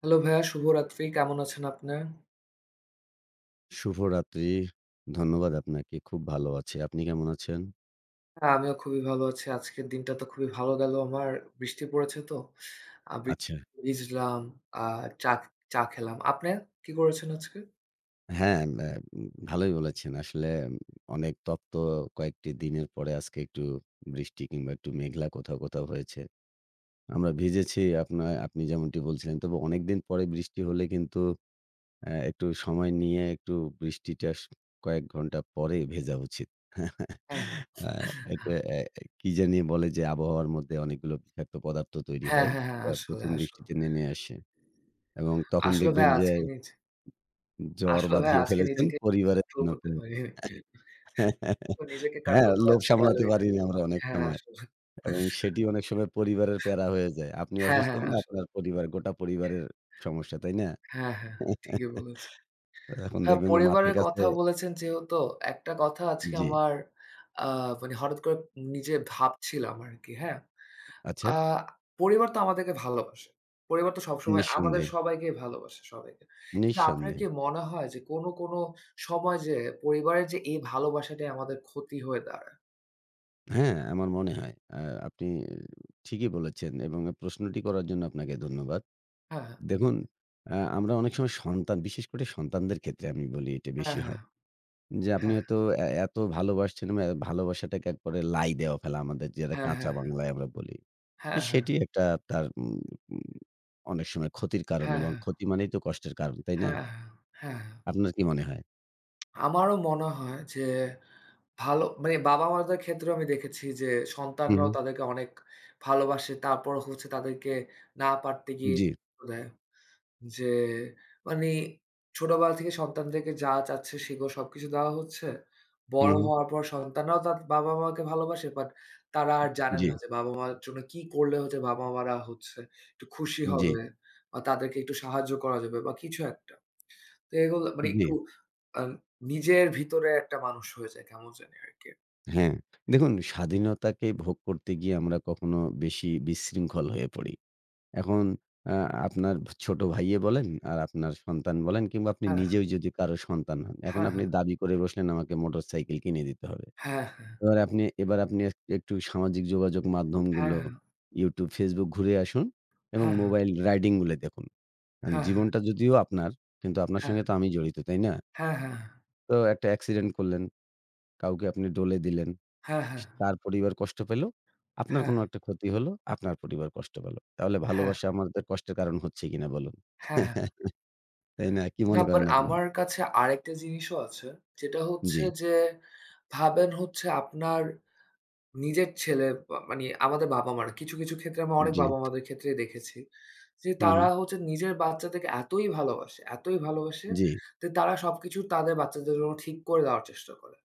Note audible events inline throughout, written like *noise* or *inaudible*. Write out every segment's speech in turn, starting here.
Hello ভাইয়া, শুভরাত্রি। কেমন আছেন আপনি? শুভরাত্রি। ধন্যবাদ আপনাকে। খুব ভালো আছি। আপনি কেমন আছেন? হ্যাঁ, আমিও খুবই ভালো আছি। আজকের দিনটা তো খুবই ভালো গেল আমার। বৃষ্টি পড়েছে তো। আ বৃ আচ্ছা। ভিজলাম, আ চা চা খেলাম। আপনি কি করেছেন আজকে? হ্যাঁ, ম্যা ভালোই বলেছেন। আসলে অনেক তপ্ত কয়েকটি দিনের পরে আজকে একটু বৃষ্টি কিংবা একটু মেঘলা কোথাও, কোথাও হয়েছে। আমরা ভিজেছি আপনা আপনি যেমনটি বলছিলেন। তবে অনেকদিন পরে বৃষ্টি হলে কিন্তু একটু সময় নিয়ে একটু বৃষ্টিটা স কয়েক ঘন্টা পরে ভেজা উচিত। হ্যাঁ, আ এটা কি জানি বলে যে আবহাওয়ার মধ্যে অনেকগুলো বিষাক্ত পদার্থ তৈরি হ্যাঁ, হয়। হ্যাঁ, হ্যাঁ। এটা আসলে, ১ম আসলে। বৃষ্টিতে নেমে আসে এবং তখন আসলে দেখবেন ভাইয়া যে আজকে নিজ জ্বর আসলে ভাইয়া বাঁধিয়ে আজকে ফেলেছেন নিজেকে পরিবারের কন্ট্রোল জন্য করতে পীড়া। পারিনি। তো নিজেকে হ্যাঁ, কন্ট্রোল করা লোভ সামলাতে গেলই না। পারি না আমরা অনেক হ্যাঁ, সময়। আসলে। এবং সেটি অনেক সময় পরিবারের প্যারা হয়ে যায়। আপনি হ্যাঁ, অসুস্থ হ্যাঁ, মানে আসলে। আপনার পরিবার, গোটা পরিবারের সমস্যা, তাই না? হ্যাঁ, হ্যাঁ, হ্যাঁ, ঠিকই *laughs* বলেছেন। তখন হ্যাঁ, দেখবেন যে মাথার পরিবারের কাছে কথা বলেছেন যেহেতু, একটা কথা আজকে জি, আমার আ মানে হঠাৎ করে নিজে ভাবছিলাম আরকি, হ্যাঁ? আচ্ছা। আ পরিবার তো আমাদেরকে ভালোবাসে। পরিবার তো সবসময় আমাদের নিঃসন্দেহে, সবাইকেই ভালোবাসে, সবাইকে। কিন্তু আপনার নিঃসন্দেহে। কি মনে হয় যে কোনো সময় যে পরিবারের যে এই ভালোবাসাটাই আমাদের ক্ষতি হয়ে দাঁড়ায়? হ্যাঁ, আমার মনে হয়। আপনি ঠিকই বলেছেন এবং এ প্রশ্নটি করার জন্য আপনাকে ধন্যবাদ। হ্যাঁ, হ্যাঁ, দেখুন, আমরা অনেক সময় সন্তান, বিশেষ করে সন্তানদের ক্ষেত্রে আমি বলি এটা হ্যাঁ, বেশি হ্যাঁ, হয়। যে আপনি হ্যাঁ, হয়তো এত ভালোবাসছেন বা ভালোবাসাটাকে একবারে লাই দেওয়া ফেলা আমাদের যেটা হ্যাঁ, কাঁচা হ্যাঁ, বাংলায় আমরা বলি। হ্যাঁ, হ্যাঁ, সেটি একটা তার উম উম অনেক সময় ক্ষতির কারণ হ্যাঁ, হ্যাঁ, এবং হ্যাঁ, ক্ষতি মানেই তো কষ্টের কারণ, তাই না? হ্যাঁ, হ্যাঁ। আপনার কি মনে হয়? আমারও মনে হয় যে ভালো মানে বাবা-মাদের ক্ষেত্রেও আমি দেখেছি যে হু, হু। সন্তানরাও তাদেরকে অনেক ভালোবাসে। তারপর হচ্ছে তাদেরকে না পারতে গিয়ে জি। *unintelligible* দেয়। যে মানে ছোটবেলা থেকে সন্তানদেরকে যা চাচ্ছে সেগো সবকিছু দেওয়া হচ্ছে। হু, বড় হু। হওয়ার পর সন্তানরাও তার বাবা-মাকে ভালোবাসে বাট তারা আর জানে জি, না যে বাবা-মার জন্য কি করলে হচ্ছে বাবা-মারা হচ্ছে একটু খুশি জি, হবে বা তাদেরকে একটু সাহায্য করা যাবে বা কিছু একটা। তো এগুলো মানে জি। একটু আ নিজের ভিতরে একটা মানুষ হয়ে যায় কেমন জানি আরকি। হ্যাঁ, দেখুন স্বাধীনতাকে ভোগ করতে গিয়ে আমরা কখনো বেশি বিশৃঙ্খল হয়ে পড়ি। এখন আ আপনার ছোট ভাইয়ে বলেন, আর আপনার সন্তান বলেন কিংবা আপনি হ্যাঁ। নিজেও যদি কারো সন্তান হন, এখন হ্যাঁ, আপনি হ্যাঁ, দাবি করে বসলেন আমাকে মোটরসাইকেল কিনে দিতে হবে। হ্যাঁ, এবার আপনি একটু সামাজিক যোগাযোগ মাধ্যমগুলো হ্যাঁ, YouTube, Facebook ঘুরে আসুন এবং হ্যাঁ, হ্যাঁ, মোবাইল রাইডিং গুলো দেখুন। কারণ হ্যাঁ, হ্যাঁ, জীবনটা যদিও আপনার, কিন্তু আপনার হ্যাঁ, সঙ্গে তো আমি জড়িত, তাই না? হ্যাঁ, হ্যাঁ, তো একটা অ্যাক্সিডেন্ট করলেন, কাউকে আপনি ডলে দিলেন। হ্যাঁ, তার পরিবার কষ্ট পেল। আপনার হ্যাঁ, কোনো একটা ক্ষতি হলো, আপনার পরিবার কষ্ট পেল। তাহলে ভালোবাসা আমাদের কষ্টের কারণ হচ্ছে কিনা বলুন? হ্যাঁ। *laughs* তাই না? কি না মনে বাট করেন আপনি? আমার কাছে আরেকটা জিনিসও আছে। যেটা জি, হচ্ছে যে ভাবেন হচ্ছে আপনার নিজের ছেলে বা মানে আমাদের বাবা-মারা কিছু ক্ষেত্রে আমরা অনেক জি। বাবা-মাদের ক্ষেত্রেই দেখেছি। যে হু, হু। তারা হচ্ছে নিজের বাচ্চাদেরকে এতই ভালোবাসে, এতই ভালোবাসে জি, যে তারা সবকিছু তাদের বাচ্চাদের জন্য ঠিক করে দেওয়ার চেষ্টা করে।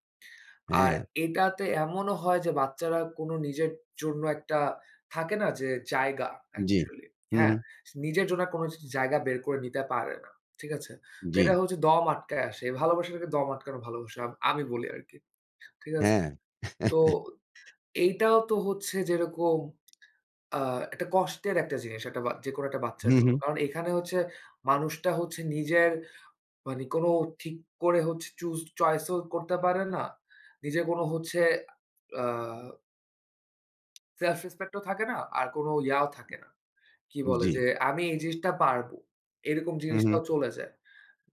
আর হ্যাঁ, এটাতে এমনও হয় যে বাচ্চারা কোনো নিজের জন্য একটা থাকে না যে জায়গা জি। অ্যাকচুয়ালি, হু, হু। হ্যাঁ? নিজের জন্য কোনো জায়গা বের করে নিতে পারে না। ঠিক আছে? তো জি, এটা হচ্ছে দম আটকায় আসে। এই ভালোবাসাটাকে দম আটকানো ভালোবাসা আমি বলি আরকি। ঠিক আছে? হ্যাঁ। তো *laughs* এইটাও তো হচ্ছে যেরকম আ একটা কষ্টের একটা জিনিস একটা বা যেকোনো একটা বাচ্চার হু, জন্য। হু। কারণ এখানে হচ্ছে মানুষটা হচ্ছে নিজের মানে কোনো ঠিক করে হচ্ছে চুজ চয়েস ও করতে পারে না। নিজের কোনো হচ্ছে আ self respect ও থাকে না। আর কোনো ইয়াও থাকে না। কি বলে জি, যে আমি এই জিনিসটা পারবো। এরকম হু, হু। জিনিসটাও চলে যায়।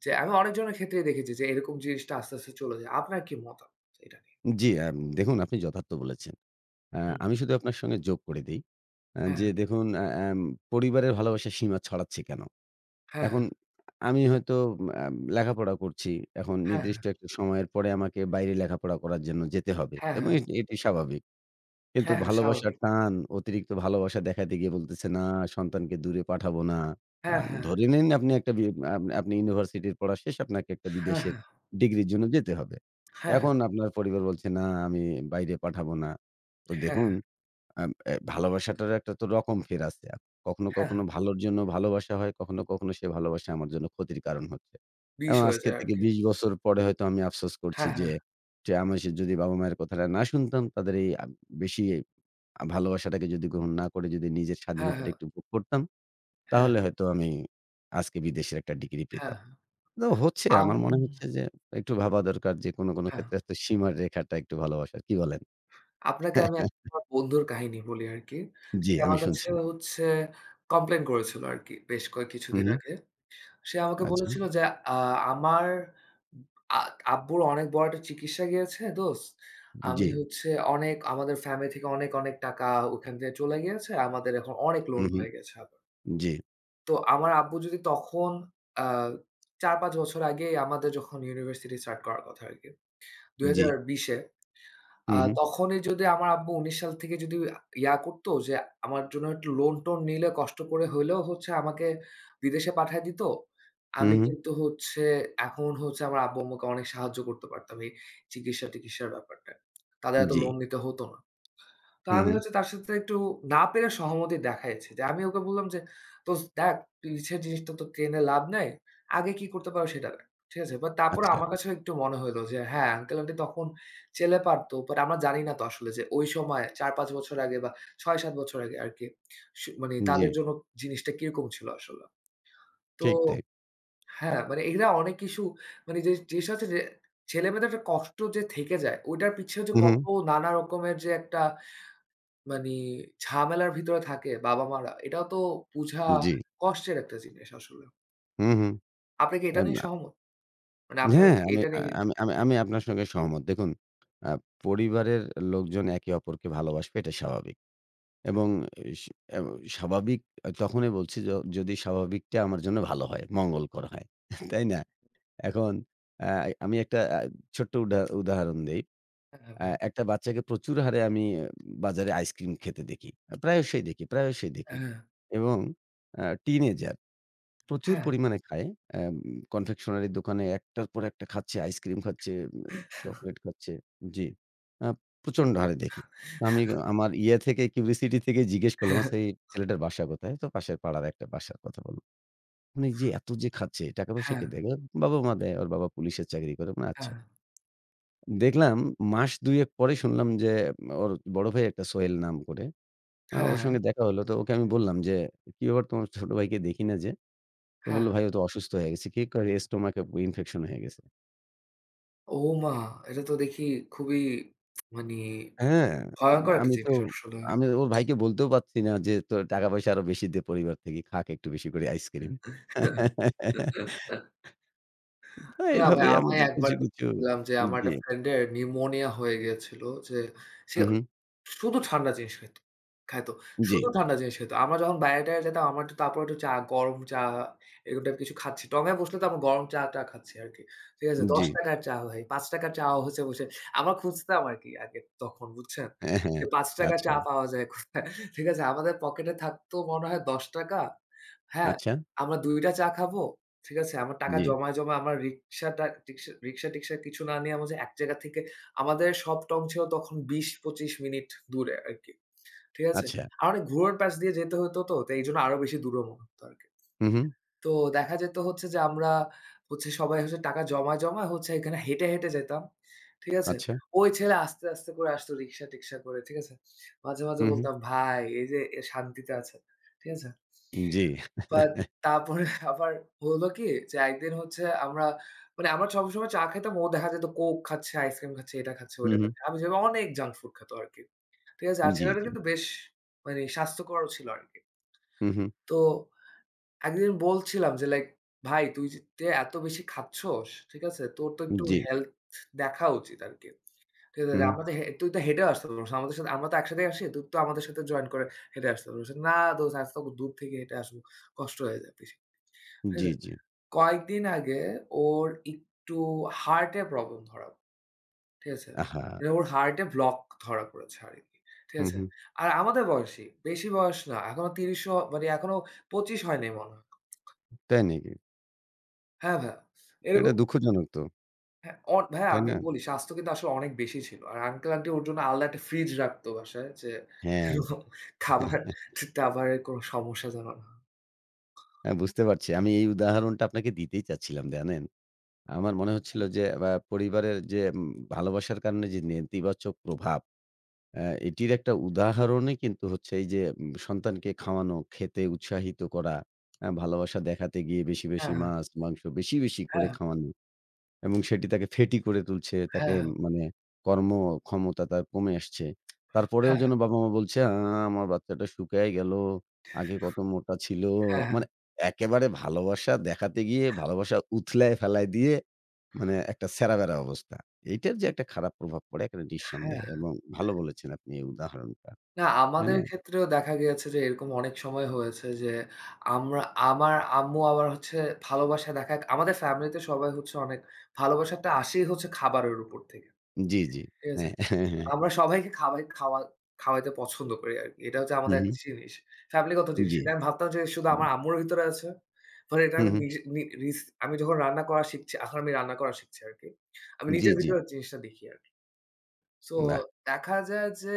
যে আমি অনেকজনের ক্ষেত্রেই দেখেছি যে এরকম জিনিসটা আস্তে চলে যায়। আপনার কি মতামত এটা নিয়ে? জি, দেখুন আপনি যথার্থ বলেছেন। আ হুম। আমি শুধু আপনার সঙ্গে যোগ করে দেই। আ হ্যাঁ, যে দেখুন আ আম পরিবারের ভালোবাসা সীমা ছড়াচ্ছে কেন? হ্যাঁ, হ্যাঁ, এখন আমি হয়তো লেখাপড়া করছি। এখন হ্যাঁ, নির্দিষ্ট একটা সময়ের পরে আমাকে বাইরে লেখাপড়া করার জন্য যেতে হবে হ্যাঁ, এবং হ্যাঁ, এটি স্বাভাবিক। কিন্তু হ্যাঁ, হ্যাঁ, ভালোবাসার স্বাভাবিক। টান, অতিরিক্ত ভালোবাসা দেখাতে গিয়ে বলতেছে, "না, সন্তানকে দূরে পাঠাবো না।" হ্যাঁ, হ্যাঁ, ধরে নিন আপনি একটা বি আপনি ইউনিভার্সিটির পড়া শেষ, আপনাকে একটা হ্যাঁ, বিদেশের হ্যাঁ, ডিগ্রির জন্য যেতে হবে। হ্যাঁ, হ্যাঁ, এখন আপনার পরিবার বলছে, "না, আমি বাইরে পাঠাবো না।" তো হ্যাঁ, দেখুন হ্যাঁ, আম অ্যা ভালোবাসাটারও একটা তো রকম ফের আছে। কখনো, হ্যাঁ, কখনো ভালোর জন্য ভালোবাসা হয়, কখনো, কখনো সে ভালোবাসা আমার জন্য ক্ষতির কারণ হচ্ছে। বিষ এবং হয়ে আজকে যায় থেকে আরকি। ২০ বছর পরে হয়তো আমি আফসোস করছি হ্যাঁ, যে, হ্যাঁ, যে আমি সে যদি বাবা-মায়ের কথাটা না শুনতাম, তাদের এই বেশি ভালোবাসাটাকে যদি গ্রহণ না করে যদি নিজের হ্যাঁ, স্বাধীনতাটা হ্যাঁ, একটু ভোগ করতাম, হ্যাঁ, তাহলে হয়তো আমি আজকে বিদেশের একটা ডিগ্রি হ্যাঁ, পেতাম। হ্যাঁ, তো হচ্ছে আমার আম মনে হচ্ছে যে একটু ভাবা দরকার যে কোনো, কোনো হ্যাঁ। ক্ষেত্রে তো সীমার রেখাটা একটু ভালোবাসার। কি বলেন? আপনাকে আমি একটা *laughs* আমার বন্ধুর কাহিনী বলি আরকি। জি, সে আমি আমার কাছে শুনছি। হচ্ছে কমপ্লেইন করেছিল আরকি বেশ কয়েক হু, কিছুদিন হু। আগে। সে আমাকে আচ্ছা, বলেছিল যে, "আ আমার আ আব্বুর অনেক বড় একটা চিকিৎসা গিয়েছে দোস্ত। জি। আমি হচ্ছে অনেক আমাদের ফ্যামিলি থেকে অনেক টাকা ওখান থেকে চলে গিয়েছে। আমাদের এখন অনেক হু, লোন হু। হয়ে গেছে আবার। জি, তো আমার আব্বু যদি তখন আ ৪-৫ বছর আগে আমাদের যখন ইউনিভার্সিটি স্টার্ট করার কথা আরকি। জি। ২০২০ এ হু, হু, তখনই যদি আমার আব্বু ১৯ সাল থেকে যদি ইয়া করত যে আমার জন্য একটু লোন-টোন নিলে কষ্ট করে হইলেও হচ্ছে আমাকে বিদেশে পাঠায় দিত। হু, আমি হু। কিন্তু হচ্ছে এখন হচ্ছে আমার আব্বু-আম্মুকে অনেক সাহায্য করতে পারতাম এই চিকিৎসা-টিকিৎসার ব্যাপারটায়। তাদের এত জি। লোন নিতে হতো না। তো হু, আমি হু। হচ্ছে তার সাথে একটু না পেরে সহমতি দেখাইছি। যে আমি ওকে বললাম যে, "দোস্ত দেখ পিছের জিনিসটা তো টেনে লাভ নাই। আগে কি করতে পারো সেটা দেখ।" ঠিক আছে? বাট তারপরে আচ্ছা। আমার কাছেও একটু মনে হইলো যে হ্যাঁ, আঙ্কেল আন্টি তখন চেলে পারতো। বাট আমরা জানি না তো আসলে যে ওই সময় ৪-৫ বছর আগে বা ৬-৭ বছর আগে আরকি মানে জি, তাদের জন্য জিনিসটা কিরকম ছিল আসলে। তো ঠিক তাই। হ্যাঁ, মানে এরা অনেক কিছু মানে যে জিনিসটা হচ্ছে যে ছেলেমেয়েদের একটা কষ্ট যে থেকে যায়, ওইটার পিছেও যে হু, হু। কত নানা রকমের যে একটা মানি ঝামেলার ভিতরে থাকে বাবা-মারা, এটা তো বুঝা হুম। জি। কষ্টের একটা জিনিস আসলে। হু, হু। আপনি কি এটা এম নিয়ে আ সহমত? মানে আপনার হ্যাঁ, আমি এটা আ নিয়ে কি আমি আমি আমি আপনার সঙ্গে সহমত। দেখুন, আ পরিবারের লোকজন একে অপরকে ভালোবাসবে এটা স্বাভাবিক। এবং এস এব স্বাভাবিক তখনই বলছি যদি স্বাভাবিকটা আমার জন্য ভালো হয়, মঙ্গলকর হয়। তাই না? এখন আ আমি একটা ছোট্ট উদাহরণ দেই। হ্যাঁ, ভাইয়া। একটা বাচ্চাকে প্রচুর হারে আমি বাজারে আইসক্রিম খেতে দেখি। প্রায়শই দেখি, প্রায়শই দেখি। হ্যাঁ, এবং টিনেজার প্রচুর হ্যাঁ, পরিমাণে খায়। অ্যাম কনফেকশনারি দোকানে একটার পর একটা খাচ্ছে, আইসক্রিম খাচ্ছে, চকোলেট খাচ্ছে। জি। আ প্রচন্ড হারে দেখি। তো আমি আমার ইয়ে থেকে কিউরিসিটি থেকে জিজ্ঞেস করলাম, "আচ্ছা এই ছেলেটার বাসা কোথায়?" তো পাশের পাড়ার একটা বাসার কথা বলল। মানে যে এত যে খাচ্ছে, টাকা পয়সা হ্যাঁ, কে হ্যাঁ, দেয়? বাবা-মা দেয়। ওর বাবা পুলিশের চাকরি করে। মানে আচ্ছা। হ্যাঁ, দেখলাম মাস ২ এক পরে শুনলাম যে ওর বড় ভাই একটা সোহেল নাম করে। ওর হ্যাঁ, সঙ্গে দেখা হলো। তো ওকে আমি বললাম যে, "কি ব্যাপার তোমার ছোট ভাইকে দেখি না যে?" তো বলল, হ্যাঁ। "ভাই ও তো অসুস্থ হয়ে গেছে।" কি করে? স্টোমাকে ইনফেকশন হয়ে গেছে। ওমা! এটা তো দেখি খুবই মানি হ্যাঁ, ভয়ংকর একটা আমি তো জিনিস আসলে। আমি ওর ভাইকে বলতেও পারছি না যে, "তোর টাকা-পয়সা আরো বেশি দে পরিবার থেকে। খাক একটু বেশি করে আইসক্রিম।" তো না ভাই, এভাবেই আমি আমাদের কিছু, একবার কিছু দেখছিলাম যে আমার জি। একটা ফ্রেন্ড এর নিউমোনিয়া হয়ে গিয়েছিল যে সে হু, হু। শুধু ঠান্ডা জিনিস খাইত খাইত। জি, শুধু ঠান্ডা জিনিস খাইত। আমরা যখন বাইরে-টাইরে যেতাম আমার তো তারপর একটু চা, গরম চা এরকম টাইপ কিছু খাচ্ছি। টঙায় বসলে তো আমরা গরম চা-টা খাচ্ছি আরকি। ঠিক আছে? জি। ৳১০ টাকা র চা ভাই, ৳৫ টাকা র চা হচ্ছে বসে আমরা খুঁজতাম আরকি আগে তখন বুঝছেন? হ্যাঁ, যে হ্যাঁ। ৳৫ টাকা র আচ্ছা, চা পাওয়া যায় কোথায়? ঠিক আছে? আমাদের পকেটে থাকতো মনে হয় ৳১০ টাকা। হ্যাঁ? আচ্ছা। আমরা ২ টা চা খাবো। ঠিক আছে? আমার টাকা জি। জমায়, জমায় আমরা রিক্সাটা রিক্সা-টিক্সা কিছু না নিয়ে আমরা যে এক জায়গা থেকে আমাদের সব টং ছিল তখন ২০-২৫ মিনিট দূরে আরকি। ঠিক আছে? আচ্ছা। আর অনেক ঘোড়ার পাশ দিয়ে যেতে হতো তো, তো এইজন্য আরো বেশি দূরও মনে হতো আরকি। হু, হু। তো দেখা যেত হচ্ছে যে আমরা হচ্ছে সবাই হচ্ছে টাকা জমায় হচ্ছে এখানে হেঁটে যেতাম। ঠিক আছে? আচ্ছা। ওই ছেলে আস্তে করে আসতো রিক্সা-টিক্সা করে। ঠিক আছে? মাঝে হু, হু। বলতাম, "ভাই এই যে এ শান্তিতে আছে।" ঠিক আছে? জি। বাট তারপরে *laughs* আবার হলো কি যে একদিন হচ্ছে আমরা মানে আমরা সবসময় চা খেতাম ও দেখা যেত কোক খাচ্ছে, আইসক্রিম খাচ্ছে, এটা খাচ্ছে, হু, ওইটা হু। খাচ্ছে। আমি যেভাবে অনেক জাঙ্ক ফুড খেত আরকি। ঠিক আছে? আর জি, ছেলেটা জি। কিন্তু বেশ মানে স্বাস্থ্যকরও ছিল আরকি। হু, হু। তো একদিন বলছিলাম যে লাইক, "ভাই তুই যে তে এত বেশি খাচ্ছস, ঠিক আছে? তোর তো একটু জি। হেলথ দেখা উচিত আরকি। ঠিক আছে? হু, হু। আমাদের হে তুই তো হেঁটে আসতে পারস। আমাদের সাথে আমরা তো একসাথেই আসি। তুই তো আমাদের সাথে জয়েন করে হেঁটে আসতে পারস।" "না দোস্ত আজকে দূর থেকে হেঁটে আসবো। কষ্ট হয়ে যায় বেশি।" ঠিক জি, আছে? জি। কয়েকদিন আগে ওর একটু হার্টে প্রবলেম ধরা। ঠিক আছে? আহা! মানে ওর হার্টে ব্লক ধরা পড়েছে আরকি। ঠিক হু, আছে? হু। আর আমাদের বয়সী, বেশি বয়স না। এখনো ৩০ ও মানে এখনো ২৫ হয়নি মনে হয়। তাই নাকি? হ্যাঁ ভাইয়া, এটা এরকম দুঃখজনক তো। হ্যাঁ, ভাইয়া তাই আমি না? বলি স্বাস্থ্য কিন্তু আসলে অনেক বেশি ছিল। আর আঙ্কেল আন্টি ওর জন্য আলাদা একটা ফ্রিজ রাখতো বাসায় যে হ্যাঁ। যেন খাবার-টাবারের কোনো সমস্যা যেন না হয়। হ্যাঁ, বুঝতে পারছি। আমি এই উদাহরণটা আপনাকে দিতেই চাচ্ছিলাম, জানেন? আমার মনে হচ্ছিল যে বা পরিবারের যে ভালোবাসার কারণে যে নেতিবাচক প্রভাব, এটির একটা উদাহরণই কিন্তু হচ্ছে এই যে সন্তানকে খাওয়ানো, খেতে উৎসাহিত করা, ভালোবাসা দেখাতে গিয়ে বেশি, বেশি হ্যাঁ, হ্যাঁ, মাছ, মাংস বেশি, বেশি করে হ্যাঁ, খাওয়ানো। এবং সেটি তাকে ফেঁটি করে তুলছে। হ্যাঁ, তাকে হ্যাঁ, মানে কর্মক্ষমতা তার কমে আসছে। তারপরেও হ্যাঁ, যেন বাবা-মা বলছে, আমার বাচ্চাটা শুকায় গেল। আগে কত মোটা ছিল।" হ্যাঁ, হ্যাঁ, মানে একেবারে ভালোবাসা দেখাতে গিয়ে ভালোবাসা উথলায় ফেলায় দিয়ে মানে একটা ছেঁড়া-বেঁড়া অবস্থা। এইটার যে একটা খারাপ প্রভাব পড়ে এখানে নিঃসন্দেহে হ্যাঁ। এবং ভালো বলেছেন আপনি এই উদাহরণটা। না, তাই আমাদের না? ক্ষেত্রেও দেখা গিয়েছে যে এরকম অনেক সময় হয়েছে যে আমরা আমার আম্মু আবার হচ্ছে ভালোবাসা দেখাক আমাদের ফ্যামিলিতে সবাই হচ্ছে অনেক ভালোবাসাটা আসেই হচ্ছে খাবারের উপর থেকে। জি, জি। ঠিক আছে? হ্যাঁ, হ্যাঁ, হ্যাঁ। আমরা সবাইকে খাবাই খাওয়া খাওয়াইতে পছন্দ করি আরকি। এটা হচ্ছে হু, আমাদের হু। একটা জিনিস। ফ্যামিলিগত জিনিস। জি। এটা আমি ভাবতাম যে শুধু হুম, আমার আম্মুর ভিতরে আছে। পরে এটা হু, আমি হু। নিজে নি রিস আমি যখন রান্না করা শিখছি, এখন আমি রান্না করা শিখছি আরকি। আমি জি, নিজের জি। ভিতরে জিনিসটা দেখি আরকি। সো বাহ! দেখা যায় যে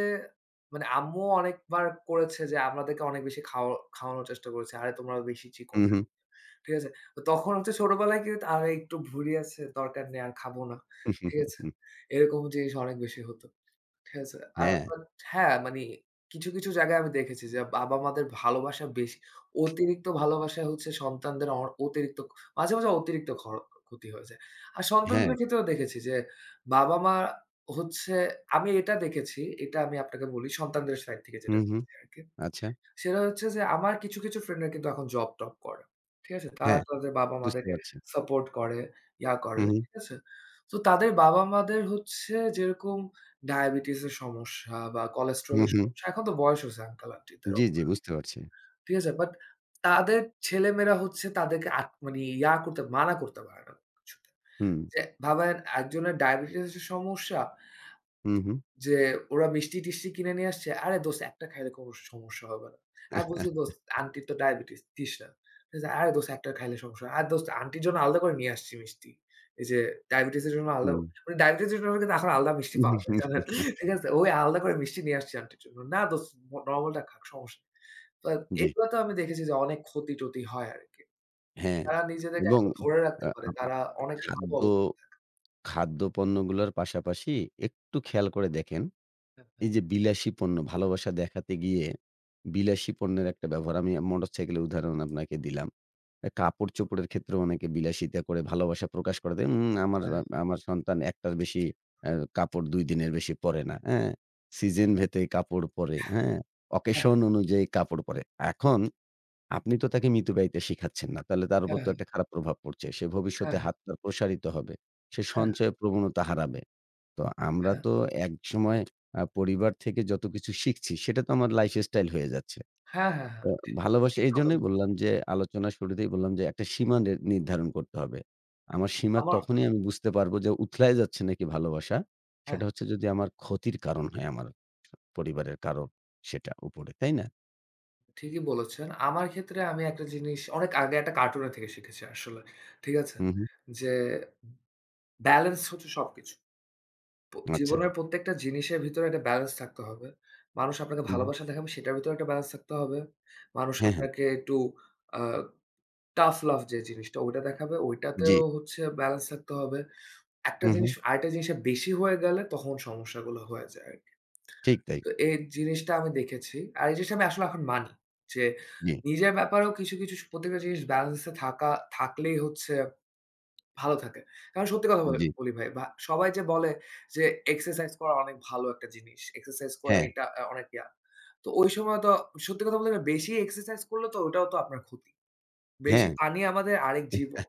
মানে আম্মুও অনেকবার করেছে যে আমাদেরকে অনেক বেশি খাওয়ানোর চেষ্টা করেছে। "আরে তোমরা বেশি হু, চিকন।" হু। ঠিক আছে? তো তখন হচ্ছে ছোটবেলায় কিন্তু "আরে একটু ভুঁড়ি আছে, দরকার নেই আর খাবো না।" ঠিক আছে? এরকম জিনিস অনেক বেশি হত। ঠিক আছে। হ্যাঁ, বাট হ্যাঁ, মানে কিছু জায়গায় আমি দেখেছি যে বাবা-মাদের ভালোবাসা বেশি। অতিরিক্ত ভালোবাসা হচ্ছে সন্তানদের অ অতিরিক্ত মাঝে অতিরিক্ত খ ক্ষতি হয়ে যায়। আর হ্যাঁ। সন্তানদের ক্ষেত্রেও দেখেছি যে বাবা-মা হচ্ছে আমি এটা দেখেছি, এটা আমি আপনাকে বলি সন্তানদের সাইড থেকে হু, যেটা হু। দেখেছি আরকি। আচ্ছা। সেটা হচ্ছে যে আমার কিছু ফ্রেন্ডরা কিন্তু এখন জব-টব করে। ঠিক আছে? তারা হ্যাঁ, তাদের বুঝতে বাবা-মাদেরকে পারছি। সাপোর্ট করে, ইয়া হু, করে। হু, ঠিক আছে? তো তাদের বাবা-মাদের হচ্ছে যেরকম ডায়াবেটিস এর সমস্যা বা কোলেস্টেরল হু, এর হু। সমস্যা। এখন তো বয়স হইছে আঙ্কেল আন্টিদেরও। জি, জি বুঝতে পারছি। ঠিক আছে? বাট তাদের ছেলেমেয়েরা হচ্ছে তাদেরকে মানে ইয়া করতে মানা করতে পারে না কিছুতে। হুম, যে ভাবেন একজনের ডায়াবেটিস এর সমস্যা হু, হু, যে ওরা মিষ্টি-টিষ্টি কিনে নিয়ে আসছে। "আরে দোস্ত একটা খাইলে কোনো সমস্যা হবে না।" আমি বলছি, "দোস্ত আন্টির তো ডায়াবেটিস, দিস না।" বলছে, "আরে দোস্ত একটা খাইলে সমস্যা হবে না।" আর দোস্ত আন্টির জন্য আলাদা করে নিয়ে আসছি মিষ্টি।" এই যে ডায়াবেটিসের জন্য আলাদা হুম। মানে ডায়াবেটিসের জন্য কিন্তু এখন আলাদা মিষ্টি পাওয়া যায়, জানেন? *laughs* ঠিক আছে? ওই আলাদা করে মিষ্টি নিয়ে আসছি আন্টির জন্য। "না দোস্ত নরমালটা খাক, সমস্যা নেই।" তো জি, এগুলো তো আমি দেখেছি যে অনেক ক্ষতি-টতি হয় আরকি। হ্যাঁ। তারা নিজেদেরকে এবং এখনো ধরে রাখতে আ পারে। আমা তারা অনেক ভালো খাদ্য অবস্থায়। খাদ্যপণ্যগুলোর পাশাপাশি একটু খেয়াল করে দেখেন, এই যে বিলাসী পণ্য ভালোবাসা দেখাতে গিয়ে বিলাসী পণ্যের একটা ব্যবহার আমি মোটরসাইকেলের উদাহরণ আপনাকে দিলাম। কাপড়-চোপড়ের ক্ষেত্রেও অনেকে বিলাসিতা করে ভালোবাসা প্রকাশ করে দেয়। আমার হ্যাঁ, আ হ্যাঁ। আমার সন্তান ১ টার বেশি অ্যা কাপড় ২ দিনের বেশি পরে না। হ্যাঁ? সিজন ভেদে কাপড় পরে, হ্যাঁ? হ্যাঁ, অকেশন অনুযায়ী কাপড় পরে। এখন আপনি তো তাকে মিতব্যয়িতা শিখাচ্ছেন না। তাহলে তার উপর হ্যাঁ, তো হ্যাঁ, একটা খারাপ প্রভাব পড়ছে। সে ভবিষ্যতে হ্যাঁ, হাত পা প্রসারিত হবে। সে হ্যাঁ, সঞ্চয় প্রবণতা হারাবে। তো আমরা হ্যাঁ। তো একসময় পরিবার থেকে যত কিছু শিখছি সেটা তো আমার লাইফস্টাইল হয়ে যাচ্ছে। হ্যাঁ, হ্যাঁ, হ্যাঁ। আ ঠি ভালোবাসা ঠিক কথা এইজন্যই বলেছেন। বললাম যে, আলোচনার শুরুতেই বললাম যে, একটা সীমা নির্ধারণ করতে হবে। আমার সীমা আমার তখনই আমি বুঝতে পারবো যে, উথলাই যাচ্ছে নাকি ভালোবাসা। হ্যাঁ, সেটা হচ্ছে যদি আমার ক্ষতির কারণ হয় আমার পরিবারের কারো সেটা উপরে। তাই না? ঠিকই বলেছেন। আমার ক্ষেত্রে আমি একটা জিনিস অনেক আগে একটা কার্টুনের থেকে শিখেছি আসলে। ঠিক আছে? হু, হু। যে ব্যালেন্স হচ্ছে সবকিছু। আচ্ছা। জীবনের প্রত্যেকটা জিনিসের ভিতরে একটা ব্যালেন্স থাকতে হবে। মানুষ আপনাকে হু, হু। ভালোবাসা দেখাবে সেটার ভিতরে একটা ব্যালেন্স থাকতে হবে। মানুষ হ্যাঁ, হ্যাঁ। আপনাকে একটু আ tough love যে জিনিসটা ওইটা দেখাবে জি। ওইটাতেও হচ্ছে ব্যালেন্স থাকতে হবে। একটা হু, হু। জিনিস আরেকটা জিনিসের বেশি হয়ে গেলে তখন সমস্যাগুলো হয়ে যায়। ঠিক তাই। তো এই জিনিসটা আমি দেখেছি। আর এই জিনিসটা আমি আসলে এখন মানি। যে জি, নিজের ব্যাপারেও কিছু, কিছু স প্রত্যেকটা জিনিস ব্যালেন্স এ থাকা থাকলেই হচ্ছে ভালো থাকে। কারণ সত্যি কথা বল জি। বলি ভাই, সবাই যে বলে যে এক্সারসাইজ করা অনেক ভালো একটা জিনিস। এক্সারসাইজ করা হ্যাঁ, এটা অনেক ইয়া। তো ওই সময় তো সত্যি কথা বলতে গেলে বেশি এক্সারসাইজ করলে তো ওটাও তো আপনার ক্ষতি। বেশি হ্যাঁ। পানি আমাদের আরেক জীবন।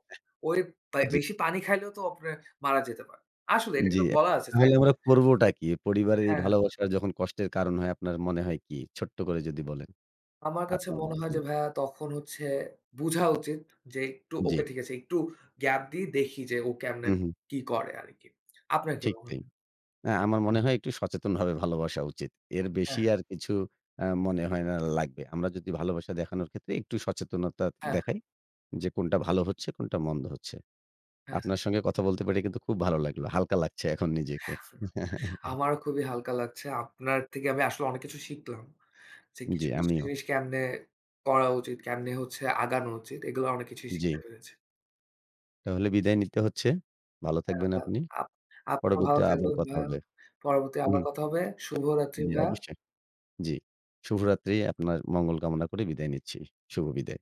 ওই জি, বেশি পানি খাইলেও তো আপনার মারা যেতে পারে। আসলে এটা জি। কিন্তু বলা আছে তাহলে সাইন্স আমরা করবোটা কি? পরিবারের এই হ্যাঁ, হ্যাঁ। ভালোবাসা যখন কষ্টের কারণ হয় আপনার মনে হয় কি? ছোট্ট করে যদি বলেন আমার কাছে আপনার মনে হয় যে মতামত। ভাইয়া তখন হচ্ছে বুঝা উচিত যে একটু জি। ওকে ঠিক আছে, একটু গ্যাপ দিয়ে দেখি যে ও কেমনে হু, হু। কি করে আরকি। আপনার কি ঠিক মনে তাই। হয়? না, আমার মনে হয় একটু সচেতনভাবে ভালোবাসা উচিত। এর হ্যাঁ, বেশি আর কিছু মনে হয় না লাগবে। আমরা যদি ভালোবাসা দেখানোর ক্ষেত্রে একটু সচেতনতা হ্যাঁ, দেখাই যে কোনটা ভালো হচ্ছে, কোনটা মন্দ হচ্ছে। হ্যাঁ। হ্যাঁ। আপনার সঙ্গে কথা বলতে পেরে কিন্তু খুব ভালো লাগলো। হালকা লাগছে এখন নিজেকে। *laughs* আমারও খুবই হালকা লাগছে। আপনার থেকে আমি আসলে অনেক কিছু শিখলাম। যে জি, কিছু আমিও। জিনিস কেমনে করা উচিত, কেমনে হচ্ছে আগানো উচিত। এগুলো অনেক কিছুই জি। শিখতে পেরেছি। তাহলে বিদায় নিতে হচ্ছে। ভালো থাকবেন আপনি। আপ আপনিও পরবর্তীতে ভালো আবার থাকবেন কথা ভাইয়া। হবে। পরবর্তী আবার হুম, কথা হবে। শুভরাত্রি জি ভাইয়া। অবশ্যই। জি। শুভরাত্রি। আপনার মঙ্গল কামনা করে বিদায় নিচ্ছি। শুভ বিদায়।